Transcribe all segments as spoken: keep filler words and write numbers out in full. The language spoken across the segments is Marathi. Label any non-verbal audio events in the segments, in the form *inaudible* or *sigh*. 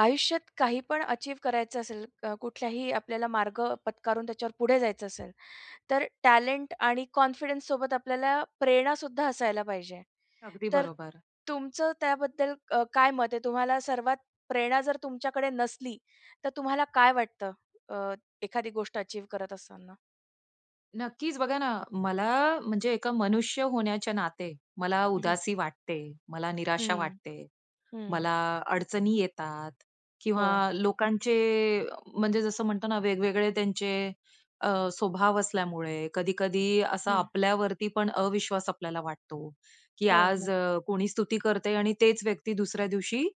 आयुष्यात काही पण अचीव करायचं असेल, अ, कुठलाही आपल्याला मार्ग पत्करून त्याच्यावर पुढे जायचं असेल, तर टॅलेंट आणि कॉन्फिडन्स सोबत आपल्याला प्रेरणासुद्धा असायला पाहिजे. अगदी तर बरोबर. तुमचं त्याबद्दल अ, काय मत आहे? तुम्हाला सर्वात प्रेरणा जर तुमच्याकडे नसली, तर तुम्हाला काय वाटतं अ, एखादी गोष्ट अचीव्ह करत असताना? नक्कीच बघा ना, मला म्हणजे एका मनुष्य होण्याच्या नाते मला हं, उदासी वाटते, मला निराशा हं, वाटते. हं. मला अडचणी येतात हो. किंवा लोकांचे अ, म्हणजे जसं म्हणतो ना वेगवेगळे त्यांचे अ, स्वभाव असल्यामुळे कधी-कधी असा हं. आपल्यावरती पण अविश्वास आपल्याला वाटतो, की हो, आज हो. अ, कोणी स्तुती करते आणि तेच व्यक्ती दुसऱ्या दिवशी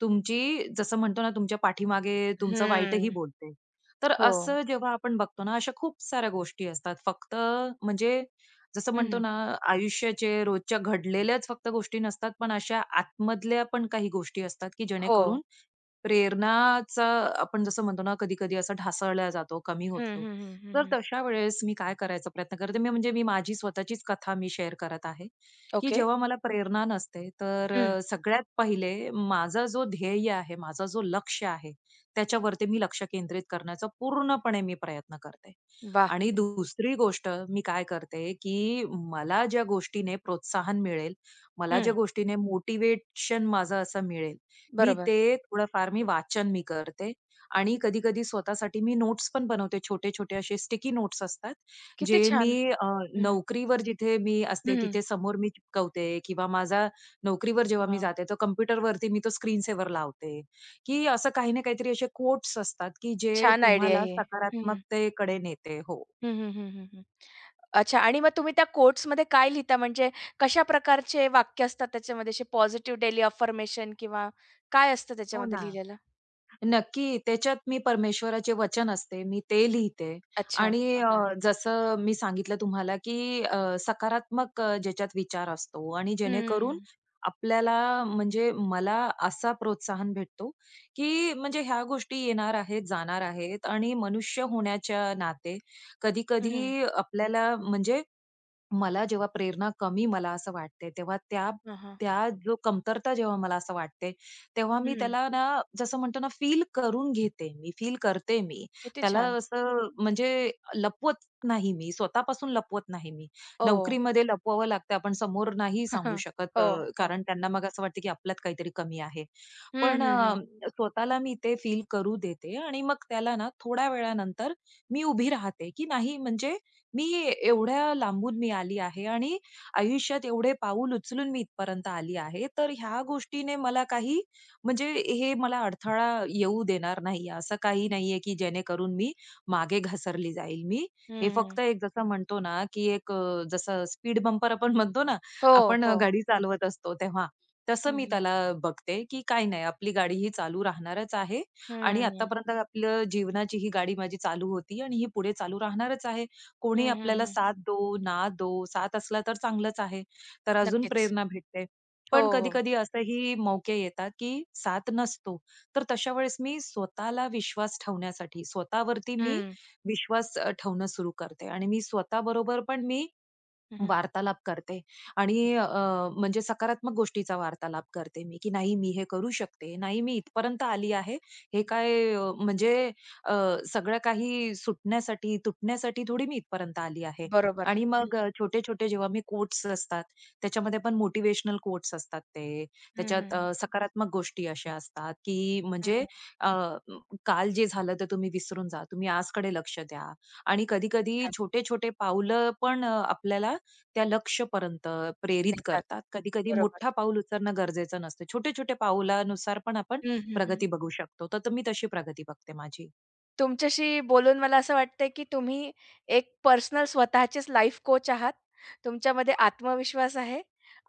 तुमची जसं म्हणतो ना तुमच्या पाठीमागे तुमचं वाईटही हं. बोलते. तर हो. असं जेव्हा आपण बघतो ना, अशा खूप साऱ्या गोष्टी असतात. फक्त म्हणजे जसं म्हणतो हं, ना, आयुष्याचे रोजच्या घडलेल्याच फक्त गोष्टी नसतात, पण अशा आतमधल्या पण काही गोष्टी असतात, की हो. जेणेकरून प्रेरणाचा आपण जसं म्हणतो ना, कधी-कधी असं ढासळला जातो, कमी हं, होतो. हं, हं, हं, तर हं. तशा वेळेस मी काय करायचा प्रयत्न करते, मी म्हणजे मी माझी स्वतःचीच कथा मी शेअर करत आहे, की ओके. जेव्हा मला प्रेरणा नसते, तर हं. अ, सगळ्यात पहिले माझा जो ध्येय आहे, माझा जो लक्ष्य आहे, त्याच्यावरती मी लक्ष केंद्रित करण्याचा पूर्णपणे मी प्रयत्न करते. वाह! आणि दुसरी गोष्ट मी काय करते, की मला ज्या गोष्टीने प्रोत्साहन मिळेल, मला ज्या गोष्टीने मोटिव्हेशन माझं असं मिळेल, मी बरोबर. ते थोडंफार मी वाचन मी करते आणि कधी-कधी स्वतःसाठी मी नोट्स पण बनवते. छोटे-छोटे असे स्टिकी नोट्स असतात, किती जे छान. मी अ, हं. नोकरीवर जिथे मी असते हं. तिथे समोर मी चिकटवते किंवा माझा नोकरीवर जेव्हा मी वाह! जाते, तर कॉम्प्युटरवरती मी तो स्क्रीन सेव्हर लावते, की असं काही ना काहीतरी असे कोट्स असतात, की जे छान आयडिया तुम्हाला आहे. हं. सकारात्मकतेकडे नेते. हो. हं, हं, हं, हं, हं. अच्छा, आणि मग तुम्ही त्या कोट्समध्ये काय लिहिता? म्हणजे कशा प्रकारचे वाक्य असतात त्याच्यामध्ये? असे पॉझिटिव्ह डेली अफर्मेशन किंवा काय असतं हो त्याच्यामध्ये ना. लिहिलेलं? नक्की. त्याच्यात मी परमेश्वराचे वचन असते, मी ते लिहिते अच्छा. आणि अ, आभार. जसं मी सांगितलं तुम्हाला, की अ, सकारात्मक अ, ज्याच्यात विचार असतो आणि जेणेकरून हं. आपल्याला म्हणजे मला असा प्रोत्साहन भेटतो, की म्हणजे ह्या गोष्टी येणार आहेत, जाणार आहेत आणि मनुष्य होण्याच्या नाते हं, हं. कधी-कधी आपल्याला म्हणजे मला जेव्हा प्रेरणा कमी मला असं वाटते, तेव्हा त्या हां, हां. त्या जो कमतरता जेव्हा मला असं वाटते, तेव्हा मी हं. त्याला ना जसं म्हणतो ना फील करून घेते मी, फील करते मी. किती त्याला छान. असं म्हणजे लपवत नाही मी, स्वतःपासून लपवत नाही मी. हो. नोकरीमध्ये लपवावं लागतं, आपण समोर नाही सांगू शकत अ, हो, हो. कारण त्यांना मग असं वाटतं, की आपल्यात काहीतरी कमी आहे. हं, पण हं, अ, हं. स्वतःला मी ते फील करू देते आणि मग त्याला ना थोड्या वेळानंतर मी उभी राहते, की नाही म्हणजे मी एवढ्या लांबून मी आली आहे आणि आयुष्यात एवढे पाऊल उचलून मी इथपर्यंत आली आहे. तर ह्या गोष्टीने मला काही म्हणजे हे मला अडथळा येऊ देणार नाही. असं काही नाहीये, की जेणेकरून मी मागे घसरली जाईल. मी हं, हे हं. फक्त एक जसं म्हणतो ना, की एक अ, जसं स्पीड बंपर आपण म्हणतो ना, हो, आपण अ, हो. गाडी चालवत असतो तेव्हा. तसं हं, मी हं. त्याला बघते, की काही नाही आपली गाडी ही चालू राहणारच आहे हं, आणि हं. आत्तापर्यंत आपलं जीवनाची ही गाडी माझी चालू होती आणि ही पुढे चालू राहणारच आहे. कोणी हं, हं, आपल्याला हं. साथ दो, ना दो, साथ असला तर चांगलंच आहे. तर अजून नक्कीच. प्रेरणा भेटते. हो, पण हो. कधी-कधी असेही मौके येतात, की साथ नसतो. तर तशा वेळेस मी स्वतःला विश्वास ठेवण्यासाठी, स्वतःवरती मी हं. विश्वास अ, ठेवणं सुरू करते आणि मी स्वतःबरोबर पण मी हं, हं. वार्तालाप करते आणि अ, म्हणजे सकारात्मक गोष्टीचा वार्तालाप करते मी, की नाही मी हे करू शकते. नाही मी इथपर्यंत आली आहे. हे काय अ, म्हणजे अ, सगळं काही सुटण्यासाठी, तुटण्यासाठी थोडी मी इथपर्यंत आली आहे. बरोबर. आणि हं, मग अ, छोटे-छोटे जेव्हा मी कोट्स असतात, त्याच्यामध्ये पण मोटिव्हेशनल कोट्स असतात ते. हं, त्याच्यात हं, अ, सकारात्मक गोष्टी अशा असतात, की हं, म्हणजे हं. अ, म, काल जे झालं ते तुम्ही विसरून जा. तुम्ही आजकडे लक्ष द्या. आणि किती कधी-कधी छान छोटे-छोटे पावलं पण अ, आपल्याला त्या लक्ष्यपर्यंत प्रेरित नेतात. करतात. कधी-कधी मोठा बरोबर. पाऊल उचलणं गरजेचं नसतं. छोटे-छोटे पाऊलानुसार पण आपण हं, हं, हं. प्रगती बघू शकतो. तर तर मी तशी प्रगती बघते माझी. तुमच्याशी बोलून मला असं वाटतंय, की तुम्ही एक पर्सनल स्वतःचेच लाईफ कोच आहात. तुमच्यामध्ये आत्मविश्वास आहे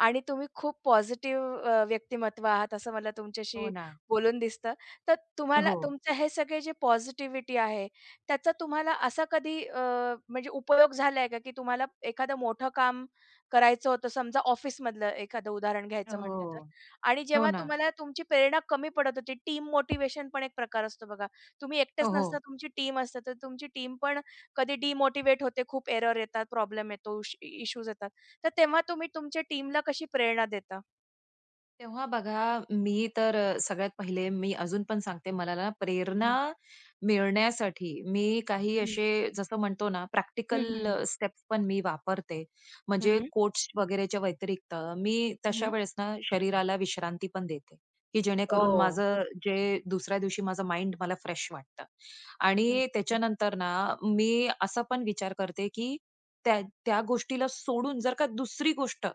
आणि तुम्ही खूप पॉझिटिव्ह अ, व्यक्तिमत्व आहात, असं मला हो तुमच्याशी ना. बोलून दिसतं. तर तुम्हाला हो. तुमचं हे सगळे जे पॉझिटिव्हिटी आहे, त्याचा तुम्हाला असा कधी अ, म्हणजे उपयोग झालाय का, की तुम्हाला एखादं मोठं काम करायचं होतं, समजा ऑफिसमधलं एखादं उदाहरण घ्यायचं म्हटलं तर. हो. आणि हो जेव्हा ना. तुम्हाला तुमची प्रेरणा कमी पडत होती, टीम मोटिव्हेशन पण एक प्रकार असतो बघा. तुम्ही हो, एकटेच नसता, हो. तुमची टीम असते, तर तुमची टीम पण कधी डिमोटिव्हेट होते, खूप एरर येतात, प्रॉब्लेम येतो, इश इश्यूज येतात. तर तेव्हा तुम्ही तुमच्या टीमला कशी प्रेरणा देता? तेव्हा बघा, मी तर अ, सगळ्यात पहिले मी अजून पण सांगते, मला ना प्रेरणा हं, मिळण्यासाठी मी काही हं. असे जसं म्हणतो ना, हं, हं, प्रॅक्टिकल अ, हं. स्टेप्स पण मी वापरते. हं, म्हणजे हं. कोट्स वगैरेच्या व्यतिरिक्त मी हं, तशा हं. वेळेस ना शरीराला विश्रांती पण देते, की जेणेकरून ओह! माझं जे दुसऱ्या दिवशी माझं माइंड मला फ्रेश वाटतं. हं, आणि त्याच्यानंतर ना मी असा पण विचार करते, की त्या त्या गोष्टीला सोडून जर का दुसरी गोष्ट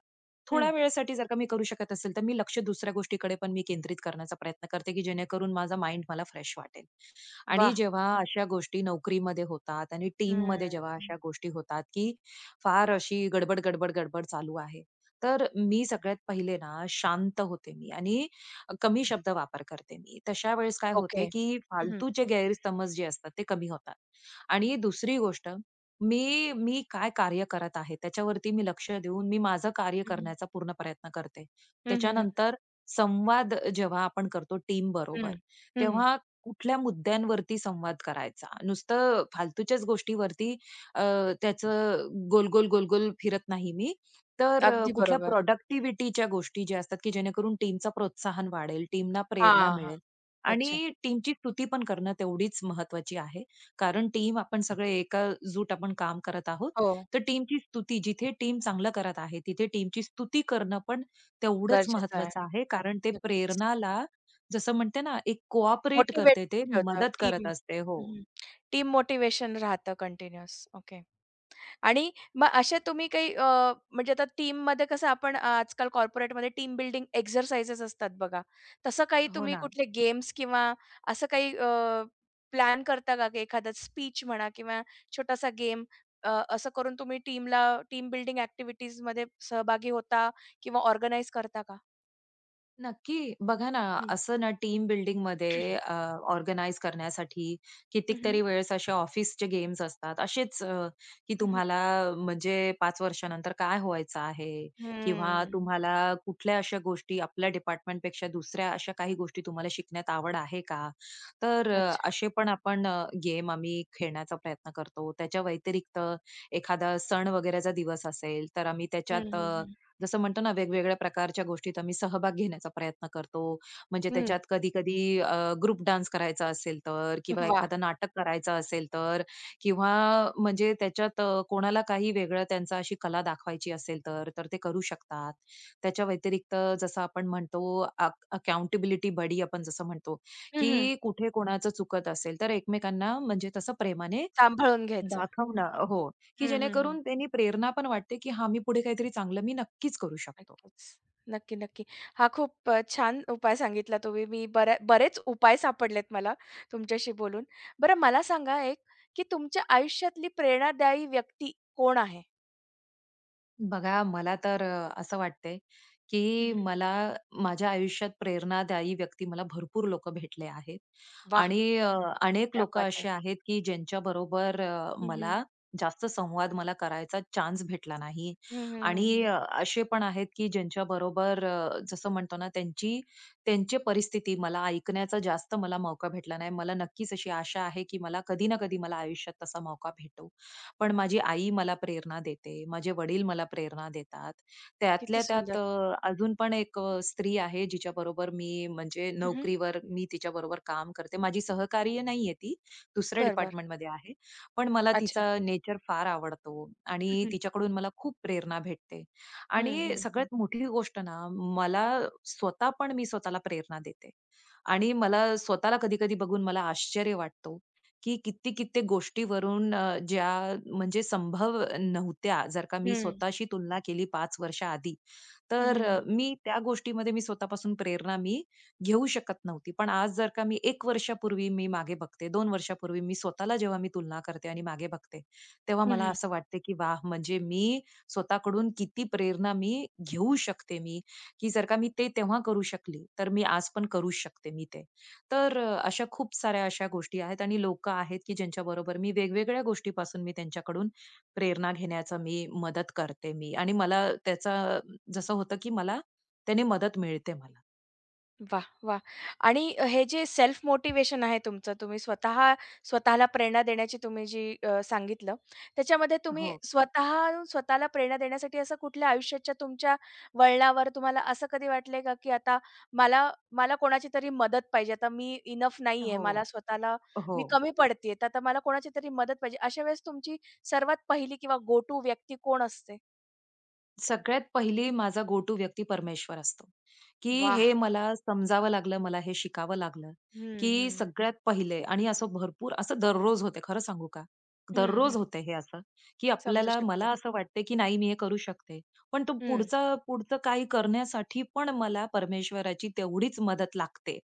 थोड्या वेळेसाठी जर का मी करू शकत असेल, तर मी लक्ष दुसऱ्या गोष्टीकडे पण मी केंद्रित करण्याचा प्रयत्न करते, की जेणेकरून माझा माइंड मला फ्रेश वाटेल. आणि वाह! जेव्हा अशा गोष्टी नोकरीमध्ये होतात आणि हं. टीममध्ये जेव्हा अशा गोष्टी होतात, की फार अशी गडबड, गडबड, गडबड चालू आहे. तर मी सगळ्यात पहिले ना शांत होते मी आणि कमी शब्द वापर करते मी. तशा वेळेस काय ओके. होते, की हं, हं. फालतूचे गैरसमज जे असतात ते कमी होतात. आणि दुसरी गोष्ट मी मी काय कार्य करत आहे त्याच्यावरती मी लक्ष देऊन मी माझं कार्य हं, हं. करण्याचा पूर्ण प्रयत्न करते. हं, त्याच्यानंतर संवाद जेव्हा आपण करतो टीमबरोबर, तेव्हा कुठल्या मुद्द्यांवरती संवाद करायचा. नुसतं फालतूच्याच गोष्टीवरती अ, त्याचं गोल-गोल, गोल फिरत नाही मी. तर अ, अगदी कुठल्या बरोबर. प्रॉडक्टिव्हिटीच्या गोष्टी ज्या असतात, की जेणेकरून टीमचं प्रोत्साहन वाढेल, टीमला प्रेरणा हां, हां. मिळेल अच्छा. आणि टीमची स्तुती पण करणं तेवढीच महत्त्वाची आहे. कारण टीम आपण सगळे एकजूट आपण काम करत आहोत. हो, तर टीमची स्तुती जिथे टीम चांगलं करत आहे, तिथे टीमची स्तुती करणं पण तेवढंच गरजेचं आहे. महत्त्वाचं आहे. कारण ते नक्कीच. प्रेरणाला जसं म्हणते ना, एक कोऑपरेट मोटिव्हेट करते ते, ठेवतं मदत करत टीम. असते. हो. हं, हं. टीम मोटिव्हेशन राहतं कंटिन्युअस. ओके. आणि मग अशा तुम्ही काही अ, म्हणजे आता टीममध्ये कसं आपण अ, आजकाल कॉर्पोरेटमध्ये टीम बिल्डिंग एक्सरसाइजेस असतात बघा. तसं काही हो तुम्ही ना. कुठले गेम्स किंवा असं काही प्लॅन करता का, की एखादा स्पीच म्हणा किंवा छोटासा गेम असं करून तुम्ही टीमला टीम बिल्डिंग ॲक्टिव्हिटीजमध्ये सहभागी होता किंवा ऑर्गनाइज करता का? नक्की. बघा ना, हं. असं ना टीम बिल्डिंग अ, ऑर्गनाइज करण्यासाठी हं, हं. कितीतरी वेळेस असे ऑफिसचे गेम्स असतात. असेच अ, की तुम्हाला *clears throat* म्हणजे पाच वर्षानंतर काय व्हायचं आहे किंवा हम्म. तुम्हाला कुठल्या अशा गोष्टी आपल्या डिपार्टमेंटपेक्षा दुसऱ्या अशा काही गोष्टी तुम्हाला शिकण्यात आवड आहे का? तर अ, अच्छा. असे पण आपण गेम आम्ही खेळण्याचा प्रयत्न करतो. त्याच्या व्यतिरिक्त एखादा सण वगैरेचा दिवस असेल, तर आम्ही हं, त्याच्यात हं, हं. जसं म्हणतो ना, वेगवेगळ्या प्रकारच्या गोष्टीत आम्ही सहभाग घेण्याचा प्रयत्न करतो. म्हणजे हं. त्याच्यात कधी-कधी ग्रुप डान्स करायचा असेल तर किंवा वाह! एखादं नाटक करायचं असेल तर किंवा म्हणजे त्याच्यात अ, कोणाला काही वेगळं त्यांचा अशी कला दाखवायची असेल तर, तर ते करू शकतात. त्याच्या व्यतिरिक्त जसं आपण म्हणतो अकाउंटेबिलिटी बडी आपण जसं म्हणतो, हं, हं. की कुठे कोणाचं चुकत असेल तर एकमेकांना म्हणजे तसं प्रेमाने सांभाळून घ्यायचं. दाखव ना. हो, की हं, हं, हं. जेणेकरून त्यांनी प्रेरणा पण वाटते, की हां, मी पुढे काहीतरी चांगलं मी नक्कीच करू शकतो. नक्कीच. नक्की, नक्की. हा खूप अ, छान उपाय सांगितला तुम्ही. मी बऱ्या बरेच उपाय सापडलेत मला तुमच्याशी बोलून. बरं मला सांगा एक, की तुमच्या आयुष्यातली प्रेरणादायी व्यक्ती कोण आहे? बघा, मला तर अ, असं वाटतंय, की हं, मला माझ्या आयुष्यात प्रेरणादायी व्यक्ती मला भरपूर लोकं भेटले आहेत. वाह! आणि अ, अनेक क्या लोकं बात है! असे आहेत, की ज्यांच्याबरोबर बरोबर हं, हं. मला जास्त संवाद मला करायचा चान्स भेटला नाही. हं, हं, आणि हं, अ, असे पण आहेत, की ज्यांच्याबरोबर अ, जसं म्हणतो ना, त्यांची त्यांची परिस्थिती मला ऐकण्याचा जास्त मला मौका भेटला नाही. मला नक्कीच अशी आशा आहे, की मला कधी ना कधी मला आयुष्यात तसा मौका भेटो. पण माझी आई मला प्रेरणा देते, माझे वडील मला प्रेरणा देतात. किती त्यातल्या त्यात सुंदर. अ, अजून पण एक अ, स्त्री आहे जिच्याबरोबर मी म्हणजे हं, नोकरीवर मी तिच्याबरोबर काम करते. माझी सहकार्य नाहीये ती, दुसऱ्या बर बरं, डिपार्टमेंटमध्ये आहे. पण मला अच्छा. तिचा नेचर फार आवडतो हं, आणि हं. तिच्याकडून मला खूप प्रेरणा भेटते. हं, आणि हं, हं. सगळ्यात मोठी गोष्ट ना, मला स्वतः पण मी स्वतःला प्रेरणा देते. आणि मला स्वतःला कधी-कधी बघून मला आश्चर्य वाटतो, की कित्येक-कित्येक गोष्टीवरून अ, ज्या म्हणजे संभव नव्हत्या, जर का मी हं. स्वतःशी तुलना केली पाच वर्षाआधी, हं, तर अ, हं, मी त्या गोष्टीमध्ये मी स्वतःपासून प्रेरणा मी घेऊ शकत नव्हती. पण आज जर का मी एक वर्षापूर्वी मी मागे बघते, दोन वर्षापूर्वी मी स्वतःला जेव्हा मी तुलना करते आणि मागे बघते, तेव्हा मला असं वाटते, की वाह! म्हणजे मी स्वतःकडून किती प्रेरणा मी घेऊ शकते मी, की जर का मी ते तेव्हा करू शकली, तर मी आज पण करूच शकते मी ते. तर अ, अशा खूप साऱ्या अशा गोष्टी आहेत आणि लोकं आहेत, की ज्यांच्या बरोबर मी वेगवेगळ्या गोष्टीपासून मी त्यांच्याकडून प्रेरणा घेण्याचा मी मदत करते मी आणि मला त्याचा जसं होतं, की मला त्याने मदत मिळते मला. वा वाह! आणि हे जे सेल्फ मोटिव्हेशन आहे तुमचं, तुम्ही स्वतः स्वतःला प्रेरणा देण्याची तुम्ही जी अ, सांगितलं, त्याच्यामध्ये तुम्ही हो, स्वतः स्वतःला प्रेरणा देण्यासाठी असं कुठल्या आयुष्याच्या तुमच्या वळणावर तुम्हाला असं कधी वाटलंय का, की आता मला मला कोणाची तरी मदत पाहिजे, आता मी इनफ नाहीये, हो. मला स्वतःला मी हो. कमी पडतेय, तर आता मला कोणाची तरी मदत पाहिजे. अशा वेळेस तुमची सर्वात पहिली किंवा गो टू व्यक्ती कोण असते? सगळ्यात पहिली माझा गो टू व्यक्ती परमेश्वर असतो, की हे वाह! मला समजावं लागलं, मला हे शिकावं लागलं, हं, की हं. सगळ्यात पहिले आणि असं भरपूर असं दररोज होते. खरं सांगू का? हं, हं. दररोज होते हे असं, की समजू आपल्याला शकते. मला असं वाटते, की नाही मी हे करू शकते. पण तो हं. पुढचा पुढचं काही करण्यासाठी पण मला परमेश्वराची तेवढीच मदत लागते.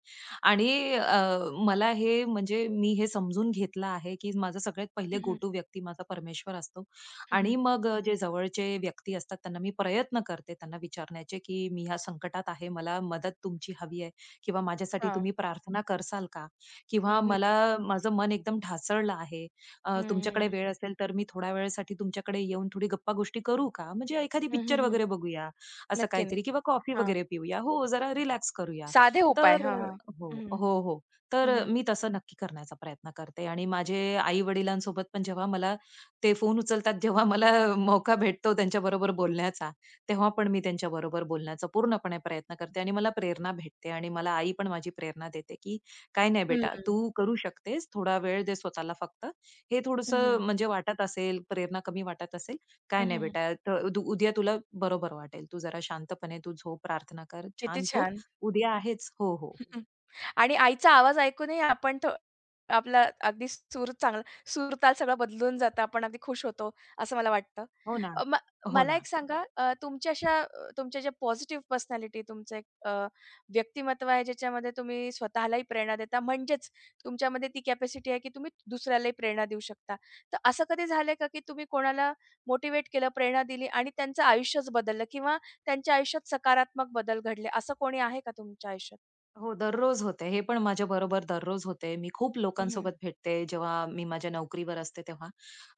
आणि अ, मला हे म्हणजे मी हे समजून घेतलं आहे, की माझा सगळ्यात पहिले हं, गो हं. टू व्यक्ती माझा परमेश्वर असतो. हं, हं. आणि मग अ, जे जवळचे व्यक्ती असतात त्यांना मी प्रयत्न करते त्यांना विचारण्याचे, की "मी ह्या संकटात आहे, मला मदत तुमची हवी आहे किंवा माझ्यासाठी तुम्ही प्रार्थना करसाल का? किंवा हं, हं, मला हं. माझं मन एकदम ढासळलं आहे. अ, हं, हं, तुमच्याकडे हं. वेळ असेल तर मी थोड्या वेळेसाठी तुमच्याकडे येऊन थोडी गप्पागोष्टी करू का? म्हणजे एखादी हं, हं, पिक्चर हं. वगैरे बघूया, असं नक्की, काहीतरी नक्की. किंवा कॉफी हां. वगैरे पिऊया. हो, जरा रिलॅक्स करूया." साधे उपाय. तर हां, हां. हो, हं, हं. हो, हो. तर हं, हं. मी तसं नक्की करण्याचा प्रयत्न करते आणि माझे आई-वडिलांसोबत पण जेव्हा मला ते फोन उचलतात जेव्हा मला मौका भेटतो त्यांच्याबरोबर बोलण्याचा, तेव्हा पण मी त्यांच्याबरोबर बोलण्याचा पूर्णपणे प्रयत्न करते आणि मला प्रेरणा भेटते आणि मला आई पण माझी प्रेरणा देते, की "काही नाही हं, बेटा, हं. तू करू शकतेस. थोडा वेळ दे स्वतःला फक्त. हे हं, थोडंसं हं. म्हणजे वाटत असेल, प्रेरणा कमी वाटत असेल, काही हं, नाही हं, बेटा, त दु उद्या तुला बरोबर वाटेल. तू जरा शांतपणे तू झोप, प्रार्थना कर, किती छान झोप. छान. उद्या आहेच." हो, हो. आणि आईचा आवाज ऐकूनही आपण थो आपला अगदी सूर चांगला सूर-ताल सगळं बदलून जातं. आपण अगदी खुश होतो, असं मला वाटतं. हो हो ना. अ, म हो मला ना. एक सांगा, अ, तुमच्या अशा अ, तुमच्या ज्या पॉझिटिव्ह पर्सनॅलिटी तुमचं एक अ, व्यक्तिमत्व आहे, ज्याच्यामध्ये तुम्ही स्वतःलाही प्रेरणा देता म्हणजेच तुमच्यामध्ये ती कॅपॅसिटी आहे, की तुम्ही दुसऱ्यालाही प्रेरणा देऊ शकता. तर असं कधी झालंय का, की तुम्ही कोणाला मोटिव्हेट केलं, प्रेरणा दिली आणि त्यांचं आयुष्यच बदललं किंवा त्यांच्या आयुष्यात सकारात्मक बदल घडले, असं कोणी आहे का तुमच्या आयुष्यात? हो, दररोज होते. हे पण माझ्या बरोबर दररोज होते. मी खूप हं, हं. लोकांसोबत भेटते, जेव्हा मी माझ्या नोकरीवर असते तेव्हा.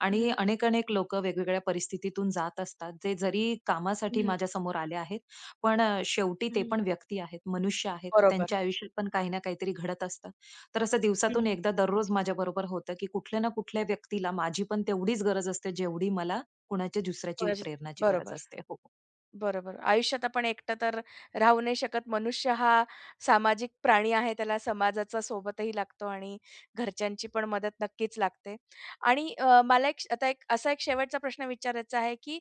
आणि अनेक-अनेक लोकं वेगवेगळ्या परिस्थितीतून जात असतात, जे जरी कामासाठी हं, माझ्या समोर आले आहेत, पण अ, शेवटी ते हं. पण व्यक्ती आहेत, मनुष्य आहेत. तर बरोबर. त्यांच्या आयुष्यात पण काही ना काहीतरी घडत असतं. तर असं हं, दिवसातून हं. एकदा दररोज माझ्याबरोबर होतं, की कुठल्या ना कुठल्या व्यक्तीला माझी पण तेवढीच गरज असते, जेवढी मला कुणाच्या दुसऱ्याची कोणाची प्रेरणाची गरज बरोबर. असते. हो. बरोबर. आयुष्यात आपण एकटं तर राहू नाही शकत. मनुष्य हा सामाजिक प्राणी आहे. त्याला समाजाचा सोबतही लागतो आणि घरच्यांची पण मदत नक्कीच लागते. आणि अ, मला एक आता एक असा एक शेवटचा प्रश्न विचारायचा आहे, की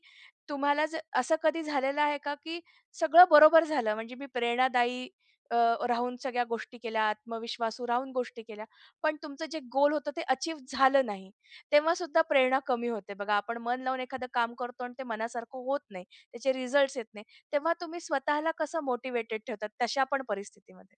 तुम्हाला ज असं कधी झालेलं आहे का, की सगळं बरोबर झालं म्हणजे मी प्रेरणादायी अ, राहून सगळ्या गोष्टी केल्या, आत्मविश्वासू राहून गोष्टी केल्या, पण तुमचं जे गोल होतं ते अचीव्ह झालं नाही. तेव्हा सुद्धा प्रेरणा कमी होते बघा. आपण मन लावून एखादं काम करतो आणि ते मनासारखं होत नाही. त्याचे रिझल्ट्स येत नाही. तेव्हा तुम्ही स्वतःला कसं मोटिवेटेड ठेवतात तशा पण परिस्थितीमध्ये?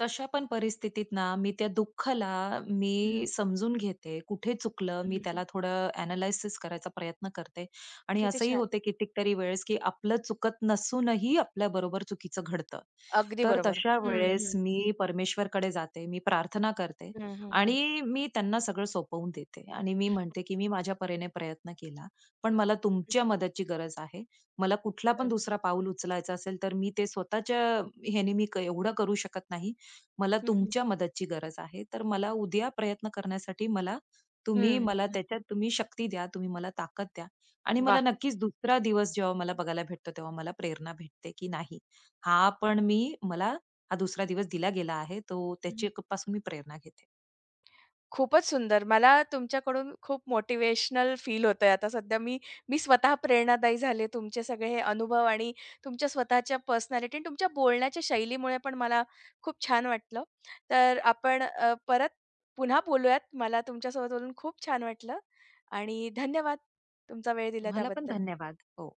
तशा पण परिस्थितीत ना, मी त्या दुःखाला हं, मी समजून घेते. कुठे चुकलं, हं, मी हं. त्याला थोडं ॲनालिसिस करायचा प्रयत्न करते आणि किती असंही छान. होते कितीतरी वेळेस, की आपलं चुकत नसूनही आपल्याबरोबर चुकीचं घडतं. अगदी तर बरोबर. तशा हं, वेळेस हं. मी परमेश्वरकडे जाते, मी प्रार्थना करते हं, हं, हं. आणि मी त्यांना सगळं सोपवून देते आणि मी म्हणते, की "मी माझ्या परीने प्रयत्न केला, पण मला तुमच्या मदतची गरज आहे. मला कुठला पण बरोबर. दुसरा पाऊल उचलायचा असेल, तर मी ते स्वतःच्या ह्याने मी क- एवढं करू शकत नाही. मला हं, हं. तुमच्या मदतची गरज आहे. तर मला उद्या प्रयत्न करण्यासाठी मला तुम्ही हं, हं, मला हं. त्याच्यात तुम्ही शक्ती द्या, तुम्ही मला ताकद द्या आणि मला वाह! नक्कीच दुसरा दिवस जेव्हा मला बघायला भेटतो, तेव्हा मला प्रेरणा भेटते, की नाही हा पण मी मला हा दुसरा दिवस दिला गेला आहे. तो त्याच्यापासून मी प्रेरणा घेते. खूपच सुंदर. मला तुमच्याकडून खूप मोटिवेशनल फील होतंय आता सध्या. मी मी स्वतः प्रेरणादायी झाले. तुमचे सगळे हे अनुभव आणि तुमच्या स्वतःच्या पर्सनॅलिटी आणि तुमच्या बोलण्याच्या शैलीमुळे पण मला खूप छान वाटलं. तर आपण अ, परत पुन्हा बोलूयात. मला तुमच्यासोबत बोलून खूप छान वाटलं आणि धन्यवाद तुमचा वेळ दिला तुम्हाला पण त्याबद्दल. धन्यवाद. हो.